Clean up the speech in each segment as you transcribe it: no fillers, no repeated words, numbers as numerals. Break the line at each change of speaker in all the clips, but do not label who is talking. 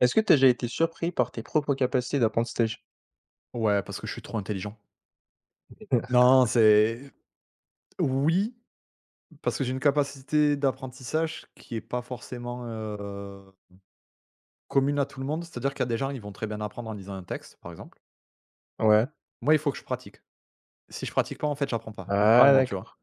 Est-ce que tu as déjà été surpris par tes propres capacités d'apprentissage?
Ouais, parce que je suis trop intelligent. Non, c'est oui, parce que j'ai une capacité d'apprentissage qui est pas forcément, commune à tout le monde. C'est-à-dire qu'il y a des gens, ils vont très bien apprendre en lisant un texte, par exemple.
Ouais.
Moi, il faut que je pratique. Si je pratique pas, en fait, j'apprends pas,
Ah
littéralement, tu vois?
d'accord.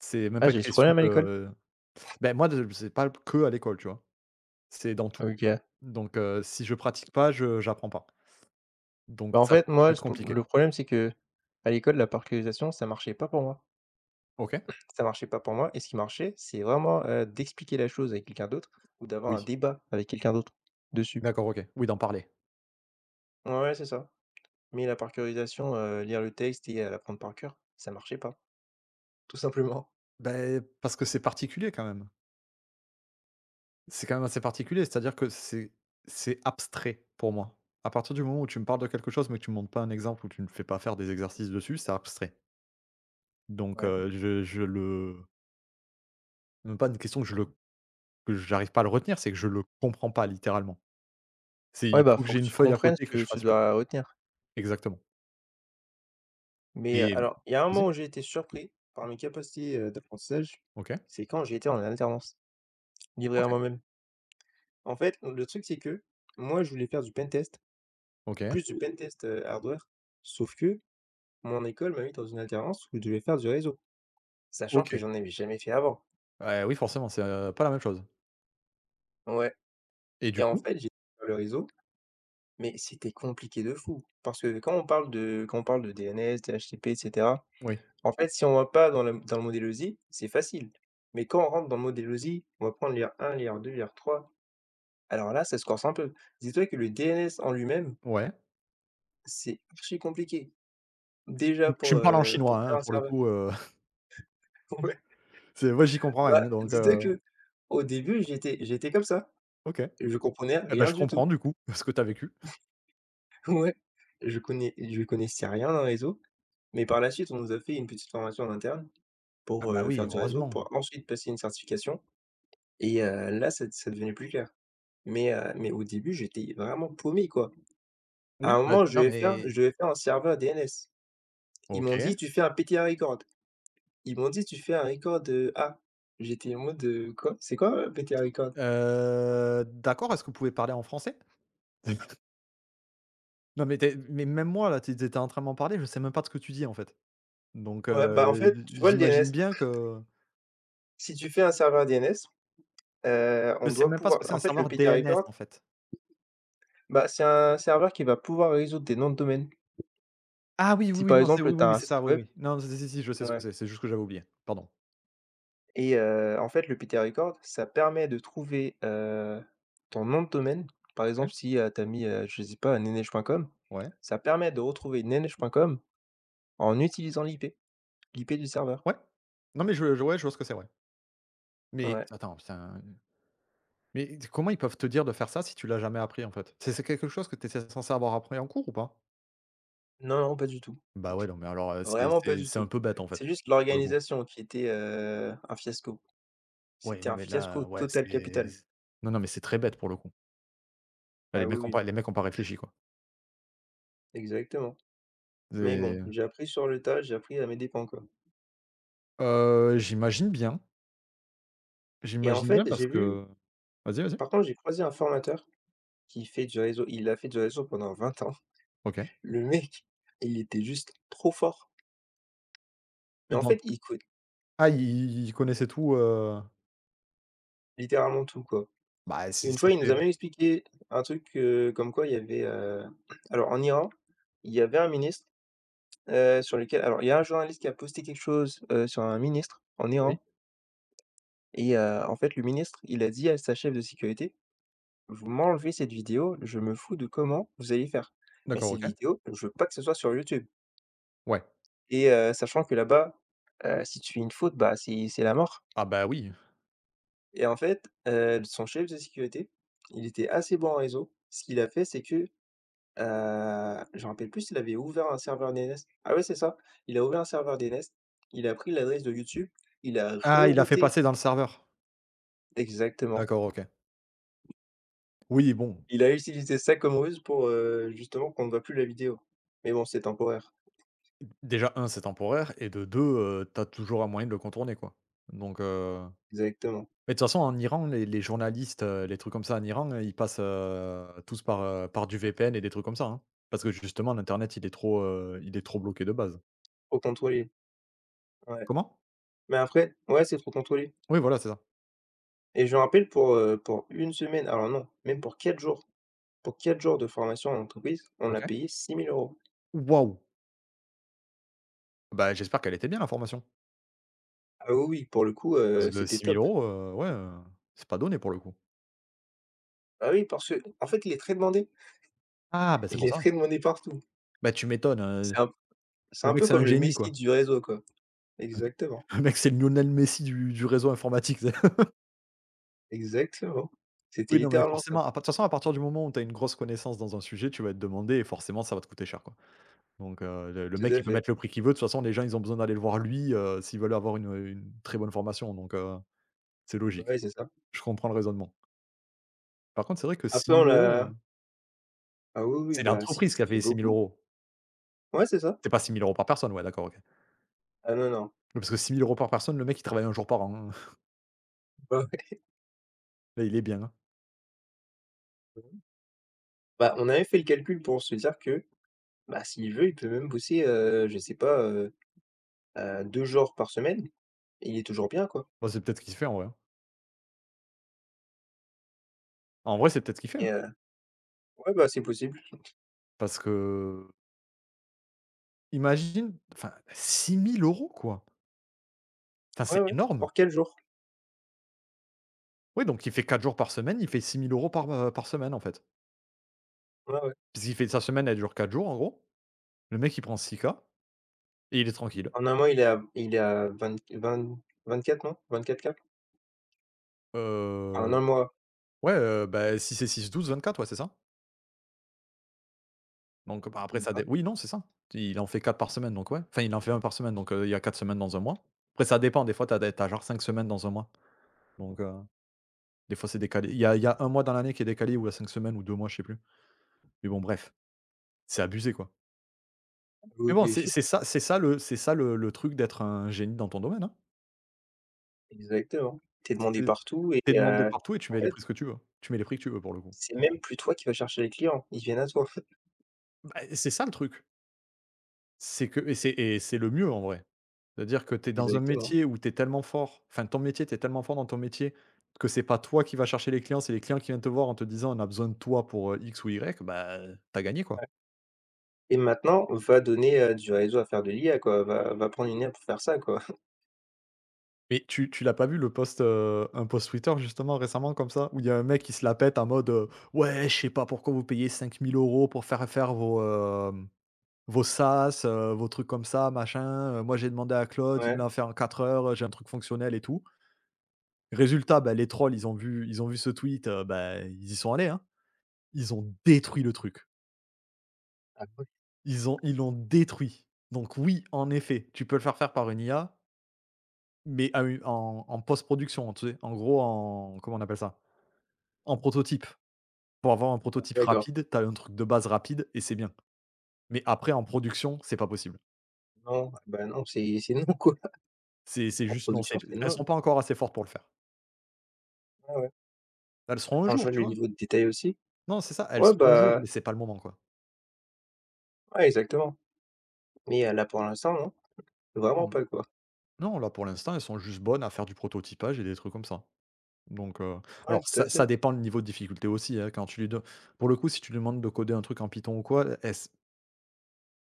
C'est même
Ah
pas une
j'ai ce
question
problème à l'école?
que. Ben moi, de c'est pas que à l'école, tu vois? C'est dans tout.
OK.
Donc si je pratique pas, je j'apprends pas. Donc
Bah, en
ça
fait, moi,
peut être
j
compliqué.
le problème, c'est que à l'école, la par ça marchait pas pour moi.
OK?
Ça marchait pas pour moi et ce qui marchait, c'est vraiment d'expliquer la chose avec quelqu'un d'autre ou d'avoir un
Oui.
débat avec quelqu'un d'autre dessus.
D'accord, OK. Oui, d'en parler.
Ouais, ouais, c'est ça. Mais la par curiosisation, lire le texte et l'apprendre par cœur, ça marchait pas, tout simplement.
Ben parce que c'est particulier quand même. C'est quand même assez particulier, c'est-à-dire que c'est abstrait pour moi. À partir du moment où tu me parles de quelque chose, mais que tu me montres pas un exemple ou tu me fais pas faire des exercices dessus, c'est abstrait. Donc,
Ouais.
je le même pas une question que je le que j'arrive pas à le retenir, c'est que je le comprends pas littéralement. C'est
Ouais,
il
bah,
faut que
faut
j'ai
que
une
tu
feuille à
comprennes
côté et
ce
que
que
je
tu
fasse le truc.
dois retenir.
Exactement.
Mais
Mais
alors, il y a un
vas-y.
moment où j'ai été surpris par mes capacités d'apprentissage,
OK.
c'est quand j'ai été en alternance, livré à
OK.
moi-même. En fait, le truc, c'est que moi, je voulais faire du pen test,
OK.
plus du pen test, hardware, sauf que mon école m'a mis dans une alternance où je devais faire du réseau, sachant que
OK.
j'en avais jamais fait avant.
Oui, forcément, c'est, pas la même chose.
Ouais
Et
et
du
en
coup?
fait, j'ai fait le réseau, mais c'était compliqué de fou parce que quand on parle de DNS, DHCP et etc.
Oui.
En fait, si on va pas dans le modélosie, c'est facile. Mais quand on rentre dans le modélosie, on va prendre l'IR 1, l'IR 2, l'IR 3. Alors là, ça se corse un peu. Dis-toi que le DNS en lui-même,
Ouais.
c'est archi compliqué.
Tu
Déjà
tu
pour,
me parles en
heu, pour
chinois, hein,
faire un
pour le
serveur.
coup,
Ouais.
c'est moi, j'y comprends
Bah,
rien, donc
dis-toi qu'au début, j'étais comme ça.
OK. Eh
Je comprenais
bah,
rien
je
du tout.
comprends du coup, ce que tu as vécu.
Ouais. Je connaissais rien dans le réseau, mais par la suite, on nous a fait une petite formation en interne
Ah
pour
bah, oui,
faire du réseau,
heureusement.
pour ensuite passer une certification et là, ça devenait plus clair. Mais au début, j'étais vraiment paumé, quoi. À
Oui,
un
bah,
moment, je
non
devais faire
mais
je devais faire un serveur DNS. Ils m'ont
OK.
dit: «Tu fais un PTA record». Ils m'ont dit: «Tu fais un record, de A». J'étais en mode: «Quoi? C'est quoi, PTA record?»
D'accord, est-ce que vous pouvez parler en français? Non mais tu mais même moi là, tu étais en train de m'en parler, je sais même pas de ce que tu dis en fait. Donc
Ouais, bah, en fait, tu vois le
j'imagine
DNS?
bien que
Si tu fais un serveur DNS,
je
on
sais
doit
même pas ce que
pouvoir
c'est
en
un
fait, le
serveur
PTA
DNS
record,
en fait.
bah, c'est un serveur qui va pouvoir résoudre des noms de domaine.
Ah oui, oui,
Si
oui,
par
non, c'est
exemple,
oui,
tu as
oui, oui,
un
c'est ça,
site
oui,
web,
oui. Non, si, si, si, je sais ce que
ouais.
c'est juste que j'avais oublié. Pardon.
Et en fait, le P T record, ça permet de trouver, ton nom de domaine. Par
Ouais.
exemple, si, tu as mis, je sais pas, nenege.com,
Ouais,
ça permet de retrouver nenege.com en utilisant l'IP du serveur.
ouais. Non mais je ouais, je vois ce que c'est, ouais. Mais
Ouais.
attends, putain. Mais comment ils peuvent te dire de faire ça si tu l'as jamais appris en fait? C'est quelque chose que tu étais censé avoir appris en cours ou pas?
Non, non, pas du tout.
Bah, ouais, non, mais alors, c'est
Vraiment pas
c'est
du
c'est un
tout.
peu bête en
C'est
fait,
juste
pour le coup.
l'organisation qui était, un fiasco.
Ouais,
C'était
non,
un
mais
fiasco
là, ouais,
total
c'est
capital.
non, non, mais c'est très bête pour le coup. Bah,
Ah oui, oui,
les mecs ont pas réfléchi quoi.
exactement. Mais bon,
C'est
j'ai appris sur le tas, j'ai appris à mes dépens, quoi.
heu, j'imagine bien,
Et en
j'imagine bien
fait,
parce
j'ai vu
que vas-y, vas-y.
par contre, j'ai croisé un formateur qui fait du réseau. Il a fait du réseau pendant 20 ans.
OK.
Le mec, il était juste trop fort. Mais en
Donc
fait, il co
ah, ils connaissaient tout,
littéralement tout, quoi.
bah,
Et
si
une
si
fois, il nous a
c'est
même expliqué un truc, comme quoi il y avait, alors en Iran, il y avait un ministre, sur lequel alors il y a un journaliste qui a posté quelque chose, sur un ministre en
oui?
Iran et en fait, le ministre, il a dit à sa chef de sécurité: «Vous m'enlevez cette vidéo, je me fous de comment vous allez faire. Mais
D'accord,
cette
OK.
vidéo, je veux pas que ce soit sur YouTube»
Ouais.
et sachant que là-bas, si tu fais une faute, bah, c'est la mort.
Ah, bah, oui.
Et en fait, son chef de sécurité, il était assez bon en réseau. Ce qu'il a fait, c'est que, je me rappelle plus s'il avait ouvert un serveur DNS. Ah ouais, c'est ça, il a ouvert un serveur DNS, il a pris l'adresse de YouTube, il a
Ah, il l'a fait
rerouté,
passer dans le serveur?
exactement.
D'accord, OK. Oui, bon.
Il a utilisé ça comme ruse pour, justement qu'on ne voit plus la vidéo. Mais bon, c'est temporaire,
Déjà un c'est temporaire et de 2 tu toujours un moyen de le contourner quoi. Donc,
exactement.
mais de toute façon en Iran les journalistes, les trucs comme ça en Iran, ils passent, tous par, par du VPN et des trucs comme ça, hein. Parce que justement l'internet il est trop bloqué de base.
Trop contrôlé, ouais.
Comment?
Mais après ouais, c'est trop contrôlé
Oui voilà c'est ça.
et je me rappelle pour une semaine, alors non, même pour quatre jours de formation en entreprise, on l'a
OK.
payé six mille euros.
Waouh! Bah, j'espère qu'elle était bien la formation.
Ah oui, oui, pour le coup,
Parce que
c'était
6
top.
000 €, ouais, c'est pas donné pour le coup.
Ah oui, parce que en fait, il est très demandé.
Ah bah, c'est
Il
pour
est très
ça.
demandé partout.
Bah, tu m'étonnes,
C'est un p c'est
le
un
mec
peu
c'est un
comme le
génie
Messi
quoi.
du réseau, quoi. Exactement,
Le mec c'est le Lionel Messi du réseau informatique.
exactement. C'était
Oui, non, mais
littéralement ça.
forcément, à part de toute façon, à partir du moment où tu as une grosse connaissance dans un sujet, tu vas être demandé et forcément, ça va te coûter cher, quoi. Donc, le
Tout
mec,
à
il peut
fait.
mettre le prix qu'il veut. De toute façon, les gens, ils ont besoin d'aller le voir lui, s'ils veulent avoir une très bonne formation. Donc, c'est
Bah,
logique.
ouais, c'est ça.
Je comprends le raisonnement. Par contre, c'est vrai que six
Après on
mille
l'a
euros.
Ah oui, oui,
C'est
bah, si,
l'entreprise qui
ça
a
fait
payé six mille
beaucoup.
euros.
Ouais, c'est ça.
C'est pas 6 000 € par personne, ouais, d'accord, OK.
Ah non, non.
Oui, parce que 6 000 € par personne, le mec, il travaille un jour par an, hein.
Bah, ouais.
Là, il est bien, hein.
Bah, on avait fait le calcul pour se dire que, bah, s'il veut, il peut même bosser, je sais pas, 2 jours par semaine et il est toujours bien, quoi
Bah, c'est peut-être ce qu'il fait, en vrai, hein. En vrai, c'est peut-être ce qu'il fait,
et
hein.
ouais, bah, c'est possible.
Parce que, imagine, enfin, 6 000 € quoi. Enfin,
Ouais,
c'est
ouais.
énorme.
Pour 4 jours.
Oui, donc il fait 4 jours par semaine, il fait 6 000 € par, par semaine, en fait.
Ouais, ouais.
Puisqu'il fait sa semaine, elle dure 4 jours, en gros. Le mec, il prend 6 K et il est tranquille.
En un mois, il est à 24 non? 24 cap. En un
Heu,
mois,
ouais, bah, 6 et six, 12 24 ouais, c'est ça. Donc, bah, après
vingt
ça dé oui, non, c'est ça. Il en fait 4 par semaine, donc ouais. Enfin, il en fait un par semaine, donc, il y a 4 semaines dans un mois. Après, ça dépend, des fois, t'as as des tu genre 5 semaines dans un mois. Donc, des fois, c'est décalé. Il y a un mois dans l'année qui est décalé ou à 5 semaines ou 2 mois, je sais plus. Mais bon, bref, c'est abusé, quoi.
oui,
Mais bon,
oui,
c'est ça le truc d'être un génie dans ton domaine, hein.
exactement. T'es
Si t'es
demandé partout et
les demandes de partout et tu
en
mets les
fait,
prix ce que tu veux. Tu mets les prix que tu veux pour le coup.
c'est même plus toi qui vas chercher les clients, ils viennent à toi.
Bah, c'est ça le truc. C'est que et c'est le mieux en vrai. C'est-à-dire que tu es dans un
Exactement
métier où tu es tellement fort, enfin ton métier, tu es tellement fort dans ton métier que c'est pas toi qui vas chercher les clients, c'est les clients qui viennent te voir en te disant: «On a besoin de toi pour, X ou Y», bah, t'as gagné quoi.
et maintenant, va donner, du réseau à faire de l'IA, quoi, va prendre une IA pour faire ça, quoi.
Mais tu l'as pas vu le post, un post Twitter justement récemment comme ça où il y a un mec qui se la pète en mode, «Ouais, je sais pas pourquoi vous payez 5 000 € pour faire faire vos, hem». Vos sas, vos trucs comme ça, machin, moi j'ai demandé à Claude, il me
Ouais.
l'a fait en 4 heures, j'ai un truc fonctionnel et tout. Résultat, bah, les trolls, ils ont vu ce tweet, bah, ils y sont allés, hein. Ils ont détruit le truc.
Ah ouais,
Ils l'ont détruit. Donc oui, en effet, tu peux le faire faire par une IA, mais à u en en post-production, tu sais? En gros, en comment on appelle ça? En prototype. Pour avoir un prototype
d'accord.
rapide, t'as un truc de base rapide et c'est bien. Mais après en production, c'est pas possible.
Non, ah, bah, non, c'est non, quoi.
C'est
En
juste non,
production,
c'est
c'est
elles
non.
sont pas encore assez fortes pour le faire.
Ouais, ouais.
Elles seront un
En jouant
jour, tu
le
vois?
niveau de détail aussi.
Non, c'est ça, elles
Ouais,
sont un jour,
bah,
mais c'est pas le moment, quoi.
ouais, exactement, mais là, pour l'instant, non,
Non,
vraiment pas, quoi.
non, là, pour l'instant, elles sont juste bonnes à faire du prototypage et des trucs comme ça. Donc,
Ouais,
alors
tout à
ça
fait.
ça dépend le niveau de difficulté aussi, hein, quand tu lui donnes, pour le coup, si tu lui demandes de coder un truc en Python ou quoi, elles s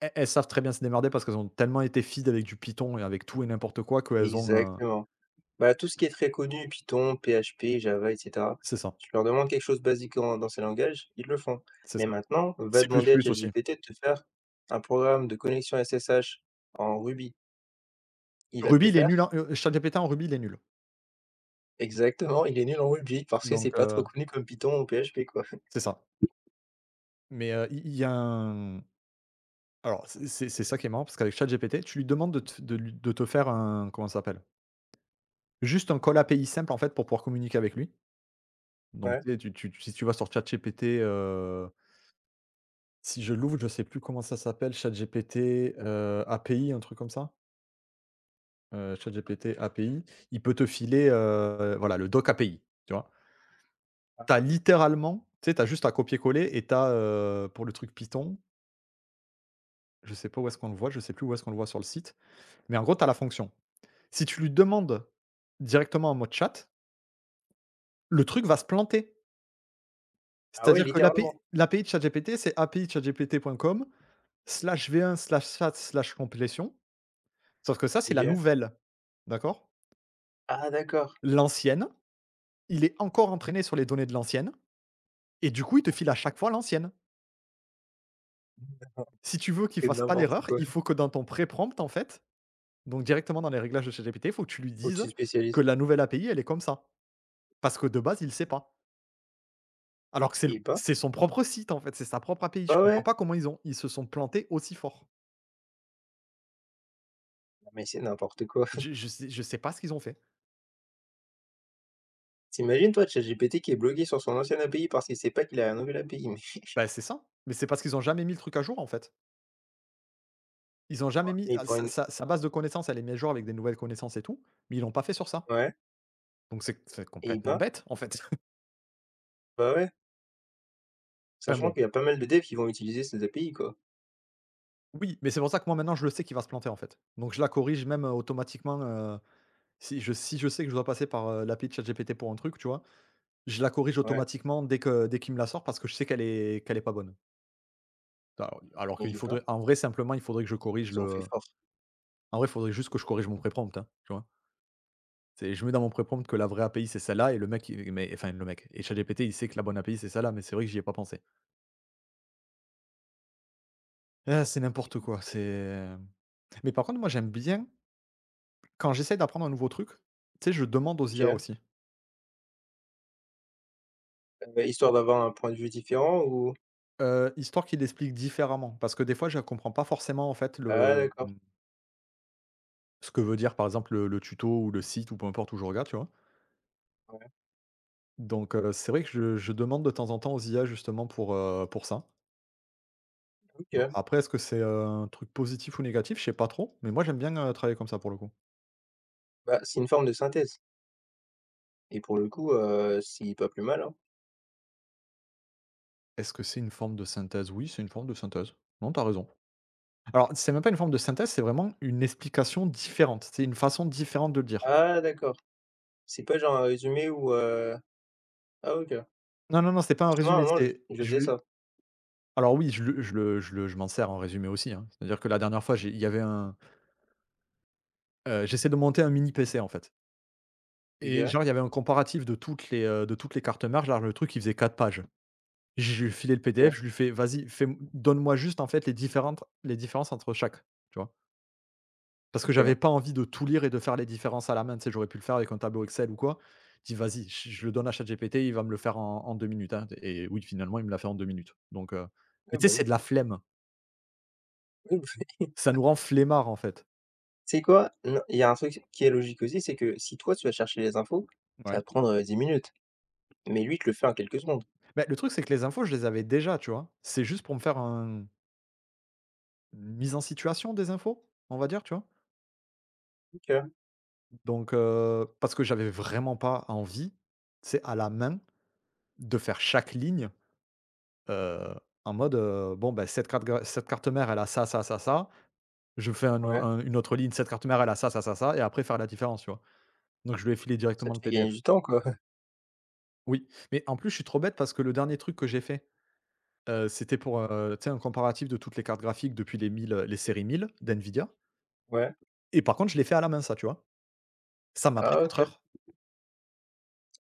elles savent très bien se démerder parce qu'elles ont tellement été fidèles avec du Python et avec tout et n'importe quoi qu'elles ont,
Exactement. Bah, tout ce qui est très connu, Python, PHP, Java, et cetera.
c'est ça,
Tu leur demandes quelque chose de basique en dans ces langages, ils le font.
c'est
Mais
ça.
maintenant, va
C++
demander à
aussi.
ChatGPT de te faire un programme de connexion SSH en Ruby. Il va te le
Ruby, il est
faire.
nul en ChatGPT en Ruby, il est nul.
Exactement, il est nul en Ruby parce que c'est
Donc,
pas trop connu comme Python ou PHP, quoi.
c'est ça. Mais, il y a un alors c'est ça qui est marrant parce qu'avec ChatGPT, tu lui demandes de te de lui de te faire un comment ça s'appelle? Juste un call API simple, en fait, pour pouvoir communiquer avec lui. Donc,
Ouais.
tu sais, tu si tu vas sur ChatGPT, si je l'ouvre, je sais plus comment ça s'appelle, ChatGPT, API, un truc comme ça? ChatGPT API, il peut te filer, voilà, le doc API, tu vois? T'as littéralement tu sais, t'as juste à copier-coller et t'as as, pour le truc Python, je sais pas où est-ce qu'on le voit, je sais plus où est-ce qu'on le voit sur le site, mais en gros, t'as la fonction. Si tu lui demandes directement en mode chat, le truc va se planter.
Ah ouais,
C'est-à-dire que
littéralement.
l'API de ChatGPT, c'est apichatgptcom chatgptcom v 1 chat completion. Sauf que ça, c'est la
OK.
nouvelle, d'accord?
Ah d'accord,
L'ancienne, il est encore entraîné sur les données de l'ancienne et du coup, il te file à chaque fois l'ancienne. Si tu veux qu'il
c'est
fasse pas
n'importe
l'erreur,
quoi.
il faut que dans ton pré-prompt, en fait, donc directement dans les réglages de ChatGPT, il faut que tu lui
Faut que tu
dises
te spécialises.
que la nouvelle API, elle est comme ça. Parce que de base, il sait pas. Alors que
Eh ben,
c'est son propre site, en fait, c'est sa propre API. Je
bah
comprends
ouais,
pas comment ils se sont plantés aussi fort.
mais c'est n'importe quoi.
Je sais pas ce qu'ils ont fait.
Tu toi, ChatGPT qui est bloqué sur son ancienne API parce qu'il sait pas qu'il a la nouvelle API.
Bah, c'est ça, mais c'est parce qu'ils ont jamais mis le truc à jour, en fait. Ils ont jamais mis
Et
ah,
pour
sa
une
sa sa base de connaissances, elle est mise à jour avec des nouvelles connaissances et tout, mais ils l'ont pas fait sur ça.
Ouais
Donc c'est
et ils
complètement
bah
bête, en fait.
bah ouais,
Enfin
sachant
bon,
qu'il y a pas mal de devs qui vont utiliser ces API, quoi.
oui, mais c'est pour ça que moi maintenant je le sais qu'il va se planter, en fait. Donc je la corrige même, automatiquement, si je sais que je dois passer par, l'appli de ChatGPT pour un truc, tu vois? Je la corrige
Ouais
automatiquement dès qu'il me la sort parce que je sais qu'elle est pas bonne. Alors
et
qu'il
ils bah,
faudrait en vrai simplement, il faudrait que je corrige
ils ont fait
le
fort.
en vrai, il faudrait juste que je corrige mon pré-prompt, hein, tu vois? C'est je mets dans mon pré-prompt que la vraie API, c'est celle-là et le mec et ChatGPT, il sait que la bonne API, c'est celle-là, mais c'est vrai que j'y ai pas pensé. Ah, c'est n'importe quoi, c'est, mais par contre, moi, j'aime bien quand j'essaie d'apprendre un nouveau truc, tu sais, je demande aux IA
OK,
aussi,
histoire d'avoir un point de vue différent ou?
histoire qu'ils l'expliquent différemment parce que des fois, je comprends pas forcément, en fait,
Ah d'accord,
ce que veut dire, par exemple, le tuto ou le site ou peu importe où je regarde, tu vois?
ouais,
Donc c'est vrai que je demande de temps en temps aux IA justement pour ça. Bon,
OK.
après est-ce que c'est un truc positif ou négatif? Je sais pas trop, mais moi, j'aime bien, travailler comme ça pour le coup.
Bah, c'est une forme de synthèse et pour le coup, c'est pas plus mal, hein.
Est-ce que c'est une forme de synthèse? Oui, c'est une forme de synthèse. Non, t'as raison. Alors, c'est même pas une forme de synthèse, c'est vraiment une explication différente. C'est une façon différente de le dire.
Ah d'accord, c'est pas genre un résumé ou, ah OK.
Non, non, non, c'est pas un
Parce que moi à
résumé,
un moment je
c'est
je
je
faisais
lui
ça.
alors oui, je m'en sers en résumé aussi, hein. C'est-à-dire que la dernière fois, j'ai il y avait un, j'essaie de monter un mini PC, en fait et
OK,
genre, il y avait un comparatif de toutes les cartes mères, genre le truc, il faisait 4 pages. J'ai lui ai filé le PDF,
OK,
je lui fais: «Vas-y, fais donne-moi juste, en fait, les différences entre chaque», tu vois? Parce que j'avais
OK.
pas envie de tout lire et de faire les différences à la main, tu sais, j'aurais pu le faire avec un tableau Excel ou quoi. Je dis: «Vas-y, je le donne à ChatGPT, il va me le faire en en 2 minutes, hein» et oui, finalement, il me l'a fait en 2 minutes, donc
Eh
mais tu
bah,
sais, c'est
oui.
de la flemme.
Oui,
Ça nous rend flemmards, en fait.
tu sais quoi? Non, il y a un truc qui est logique aussi, c'est que si toi tu vas chercher les infos, ça
Ouais.
va te prendre, 10 minutes. Mais lui, il te le fait en quelques secondes.
Mais le truc, c'est que les infos, je les avais déjà, tu vois? C'est juste pour me faire un une mise en situation des infos, on va dire, tu vois?
OK,
Donc parce que j'avais vraiment pas envie, c'est à la main, de faire chaque ligne, heu, en mode, «Bon, ben cette carte mère, elle a ça, ça, ça, ça». Je fais un au
ouais,
un une autre ligne, cette carte mère, elle a ça, ça, ça, ça et après faire la différence, tu vois? Donc je lui ai filé
ça
directement
te
le
fait gagner
PDF.
du temps, quoi.
Oui, mais en plus, je suis trop bête parce que le dernier truc que j'ai fait, c'était pour, tu sais, un comparatif de toutes les cartes graphiques depuis les 1000, les séries 1000 d'NVIDIA
Ouais.
et par contre, je l'ai fait à la main ça, tu vois? Ça m'a pris
Ah
4
OK.
heures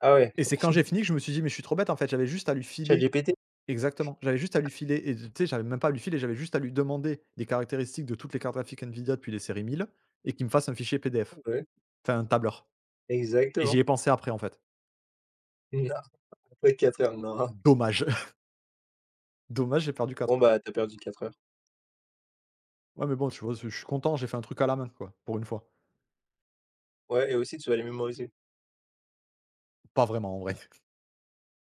Ah ouais,
et c'est quand j'ai fini que je me suis dit: «Mais je suis trop bête en fait, j'avais juste à lui filer».
ChatGPT?
Exactement, j'avais juste à lui filer et tu sais, j'avais même pas à lui filer, j'avais juste à lui demander des caractéristiques de toutes les cartes graphiques NVIDIA depuis les séries 1000 et qu'il me fasse un fichier PDF,
Ouais,
enfin un tableur et j'y
exactement.
ai pensé après en fait.
Non, après 4 heures, non.
Dommage. Dommage, j'ai perdu 4
Bon,
heures.
bah, t'as perdu 4 heures.
Ouais, mais bon, tu vois, je suis content, j'ai fait un truc à la main, quoi, pour une fois.
Ouais et aussi tu vas les mémoriser.
Pas vraiment, en vrai.